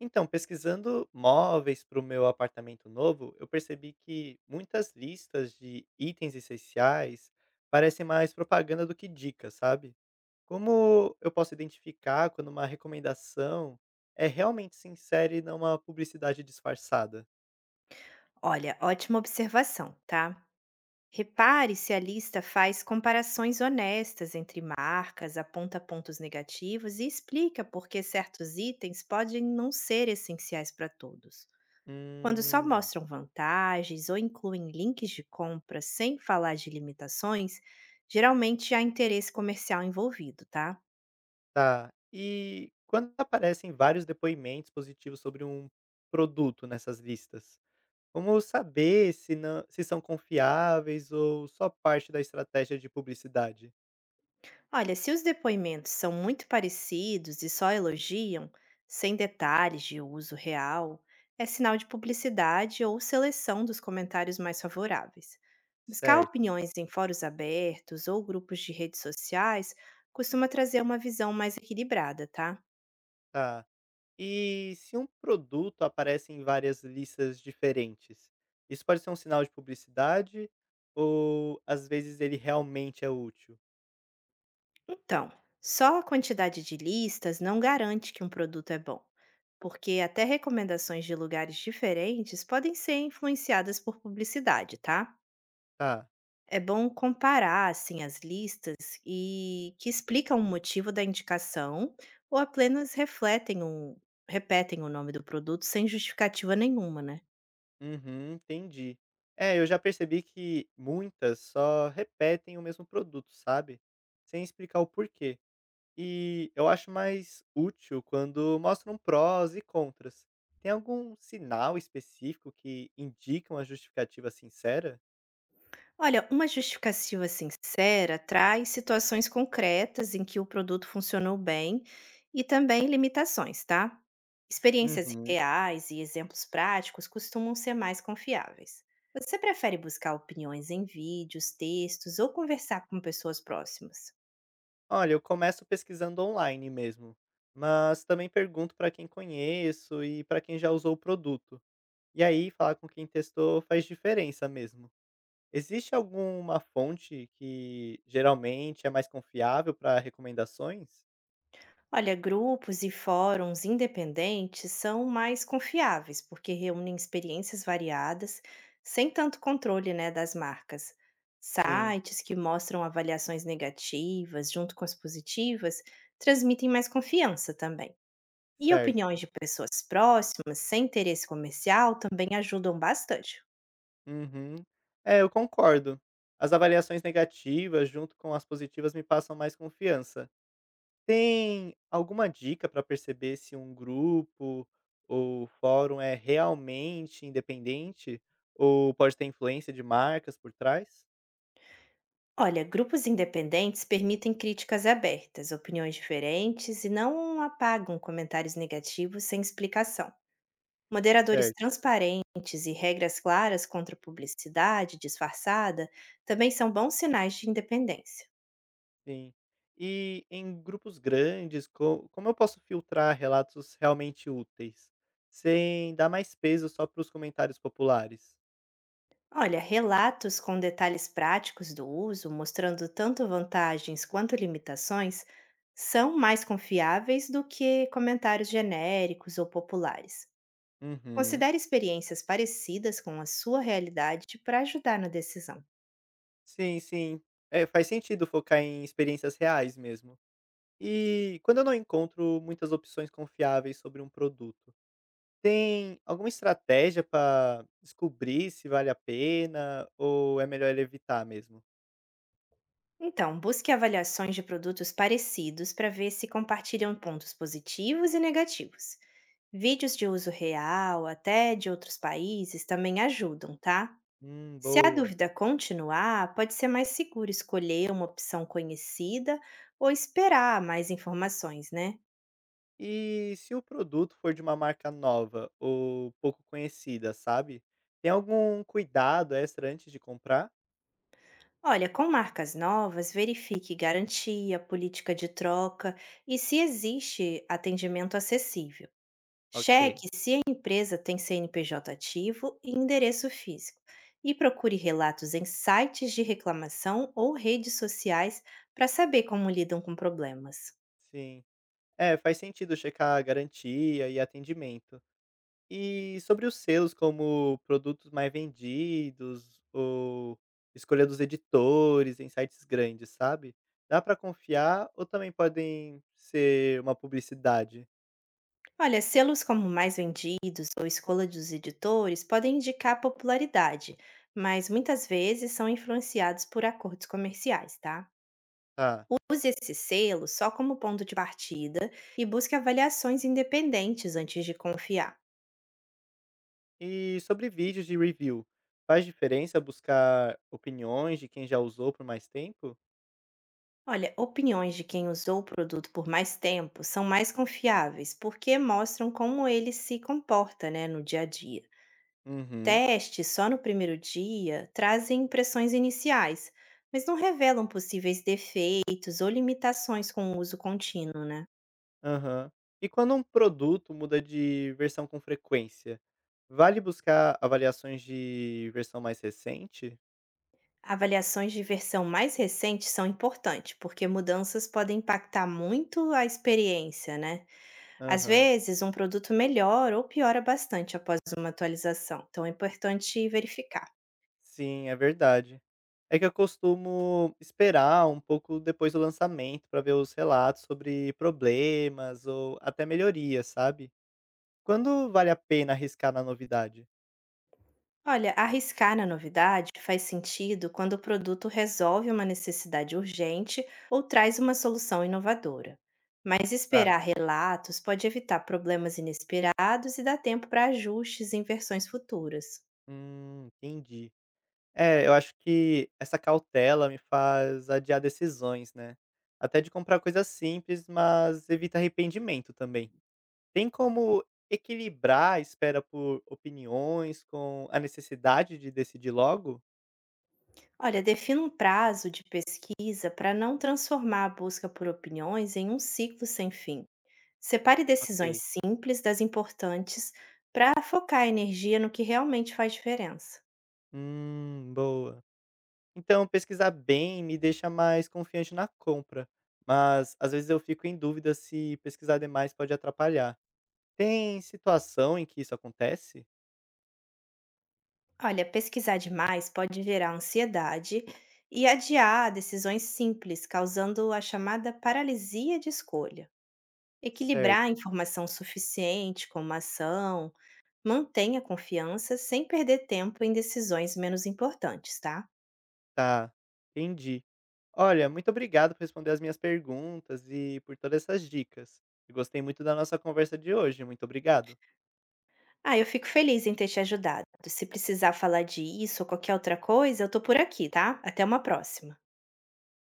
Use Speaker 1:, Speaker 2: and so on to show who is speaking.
Speaker 1: Então, pesquisando móveis para o meu apartamento novo, eu percebi que muitas listas de itens essenciais parecem mais propaganda do que dicas, sabe? Como eu posso identificar quando uma recomendação é realmente sincera e não uma publicidade disfarçada?
Speaker 2: Olha, ótima observação, tá? Repare se a lista faz comparações honestas entre marcas, aponta pontos negativos e explica por que certos itens podem não ser essenciais para todos. Quando só
Speaker 1: Hum.
Speaker 2: mostram vantagens ou incluem links de compra sem falar de limitações, geralmente há interesse comercial envolvido, tá?
Speaker 1: Tá. E quando aparecem vários depoimentos positivos sobre um produto nessas listas? Como saber se não se são confiáveis ou só parte da estratégia de publicidade?
Speaker 2: Olha, se os depoimentos são muito parecidos e só elogiam, sem detalhes de uso real, é sinal de publicidade ou seleção dos comentários mais favoráveis. Buscar
Speaker 1: Certo,
Speaker 2: opiniões em fóruns abertos ou grupos de redes sociais costuma trazer uma visão mais equilibrada, tá?
Speaker 1: tá. E se um produto aparece em várias listas diferentes, isso pode ser um sinal de publicidade ou às vezes ele realmente é útil?
Speaker 2: Então, só a quantidade de listas não garante que um produto é bom, porque até recomendações de lugares diferentes podem ser influenciadas por publicidade, tá?
Speaker 1: Tá.
Speaker 2: É bom comparar assim as listas e que explicam o motivo da indicação ou apenas refletem o repetem o nome do produto sem justificativa nenhuma, né?
Speaker 1: Uhum, entendi. É, eu já percebi que muitas só repetem o mesmo produto, sabe? Sem explicar o porquê. E eu acho mais útil quando mostram prós e contras. Tem algum sinal específico que indica uma justificativa sincera?
Speaker 2: Olha, uma justificativa sincera traz situações concretas em que o produto funcionou bem e também limitações, tá? Experiências
Speaker 1: Uhum.
Speaker 2: reais e exemplos práticos costumam ser mais confiáveis. Você prefere buscar opiniões em vídeos, textos ou conversar com pessoas próximas?
Speaker 1: Olha, eu começo pesquisando online mesmo, mas também pergunto para quem conheço e para quem já usou o produto. E aí, falar com quem testou faz diferença mesmo. Existe alguma fonte que geralmente é mais confiável para recomendações?
Speaker 2: Olha, grupos e fóruns independentes são mais confiáveis, porque reúnem experiências variadas, sem tanto controle, né, das marcas.
Speaker 1: Sim,
Speaker 2: Sites que mostram avaliações negativas junto com as positivas transmitem mais confiança também. E
Speaker 1: certo.
Speaker 2: opiniões de pessoas próximas, sem interesse comercial, também ajudam bastante.
Speaker 1: Uhum. É, eu concordo. As avaliações negativas, junto com as positivas, me passam mais confiança. Tem alguma dica para perceber se um grupo ou fórum é realmente independente ou pode ter influência de marcas por trás?
Speaker 2: Olha, grupos independentes permitem críticas abertas, opiniões diferentes e não apagam comentários negativos sem explicação. Moderadores
Speaker 1: Certo,
Speaker 2: transparentes e regras claras contra publicidade disfarçada também são bons sinais de independência.
Speaker 1: sim. E em grupos grandes, como eu posso filtrar relatos realmente úteis, sem dar mais peso só para os comentários populares?
Speaker 2: Olha, relatos com detalhes práticos do uso, mostrando tanto vantagens quanto limitações, são mais confiáveis do que comentários genéricos ou populares.
Speaker 1: Uhum.
Speaker 2: Considere experiências parecidas com a sua realidade para ajudar na decisão.
Speaker 1: Sim, sim. É, faz sentido focar em experiências reais mesmo. E quando eu não encontro muitas opções confiáveis sobre um produto, tem alguma estratégia para descobrir se vale a pena ou é melhor evitar mesmo?
Speaker 2: Então, busque avaliações de produtos parecidos para ver se compartilham pontos positivos e negativos. Vídeos de uso real, até de outros países, também ajudam, tá? Se a
Speaker 1: Boa.
Speaker 2: dúvida continuar, pode ser mais seguro escolher uma opção conhecida ou esperar mais informações, né?
Speaker 1: E se o produto for de uma marca nova ou pouco conhecida, sabe? Tem algum cuidado extra antes de comprar?
Speaker 2: Olha, com marcas novas, verifique garantia, política de troca e se existe atendimento acessível.
Speaker 1: Ok.
Speaker 2: Cheque se a empresa tem CNPJ ativo e endereço físico, e procure relatos em sites de reclamação ou redes sociais para saber como lidam com problemas.
Speaker 1: Sim. É, faz sentido checar a garantia e atendimento. E sobre os selos como produtos mais vendidos ou escolha dos editores em sites grandes, sabe. Dá pra confiar ou também podem ser uma publicidade?
Speaker 2: Olha, selos como Mais Vendidos ou Escola dos Editores podem indicar popularidade, mas muitas vezes são influenciados por acordos comerciais, tá?
Speaker 1: Tá.
Speaker 2: Use esse selo só como ponto de partida e busque avaliações independentes antes de confiar.
Speaker 1: E sobre vídeos de review, faz diferença buscar opiniões de quem já usou por mais tempo?
Speaker 2: Olha, opiniões de quem usou o produto por mais tempo são mais confiáveis, porque mostram como ele se comporta, né, no dia a dia.
Speaker 1: Uhum.
Speaker 2: Testes só no primeiro dia trazem impressões iniciais, mas não revelam possíveis defeitos ou limitações com o uso contínuo, né?
Speaker 1: Aham. E quando um produto muda de versão com frequência, vale buscar avaliações de versão mais recente?
Speaker 2: Avaliações de versão mais recente são importantes, porque mudanças podem impactar muito a experiência, né? Às
Speaker 1: Aham.
Speaker 2: vezes, um produto melhora ou piora bastante após uma atualização, então é importante verificar.
Speaker 1: Sim, é verdade. É que eu costumo esperar um pouco depois do lançamento para ver os relatos sobre problemas ou até melhorias, sabe? Quando vale a pena arriscar na novidade?
Speaker 2: Olha, arriscar na novidade faz sentido quando o produto resolve uma necessidade urgente ou traz uma solução inovadora. Mas esperar
Speaker 1: Tá.
Speaker 2: relatos pode evitar problemas inesperados e dar tempo para ajustes em versões futuras.
Speaker 1: Entendi. É, eu acho que essa cautela me faz adiar decisões, né? Até de comprar coisas simples, mas evita arrependimento também. Tem como equilibrar a espera por opiniões com a necessidade de decidir logo?
Speaker 2: Olha, defina um prazo de pesquisa para não transformar a busca por opiniões em um ciclo sem fim. Separe decisões
Speaker 1: Ok.
Speaker 2: simples das importantes para focar a energia no que realmente faz diferença.
Speaker 1: Boa. Então, pesquisar bem me deixa mais confiante na compra, mas às vezes eu fico em dúvida se pesquisar demais pode atrapalhar. Tem situação em que isso acontece?
Speaker 2: Olha, pesquisar demais pode gerar ansiedade e adiar decisões simples, causando a chamada paralisia de escolha. Equilibrar a
Speaker 1: Certo,
Speaker 2: informação suficiente com uma ação, mantenha a confiança sem perder tempo em decisões menos importantes, tá?
Speaker 1: tá. Entendi. Olha, muito obrigado por responder as minhas perguntas e por todas essas dicas. Eu gostei muito da nossa conversa de hoje. Muito obrigado.
Speaker 2: Ah, eu fico feliz em ter te ajudado. Se precisar falar disso ou qualquer outra coisa, eu tô por aqui, tá? Até uma próxima.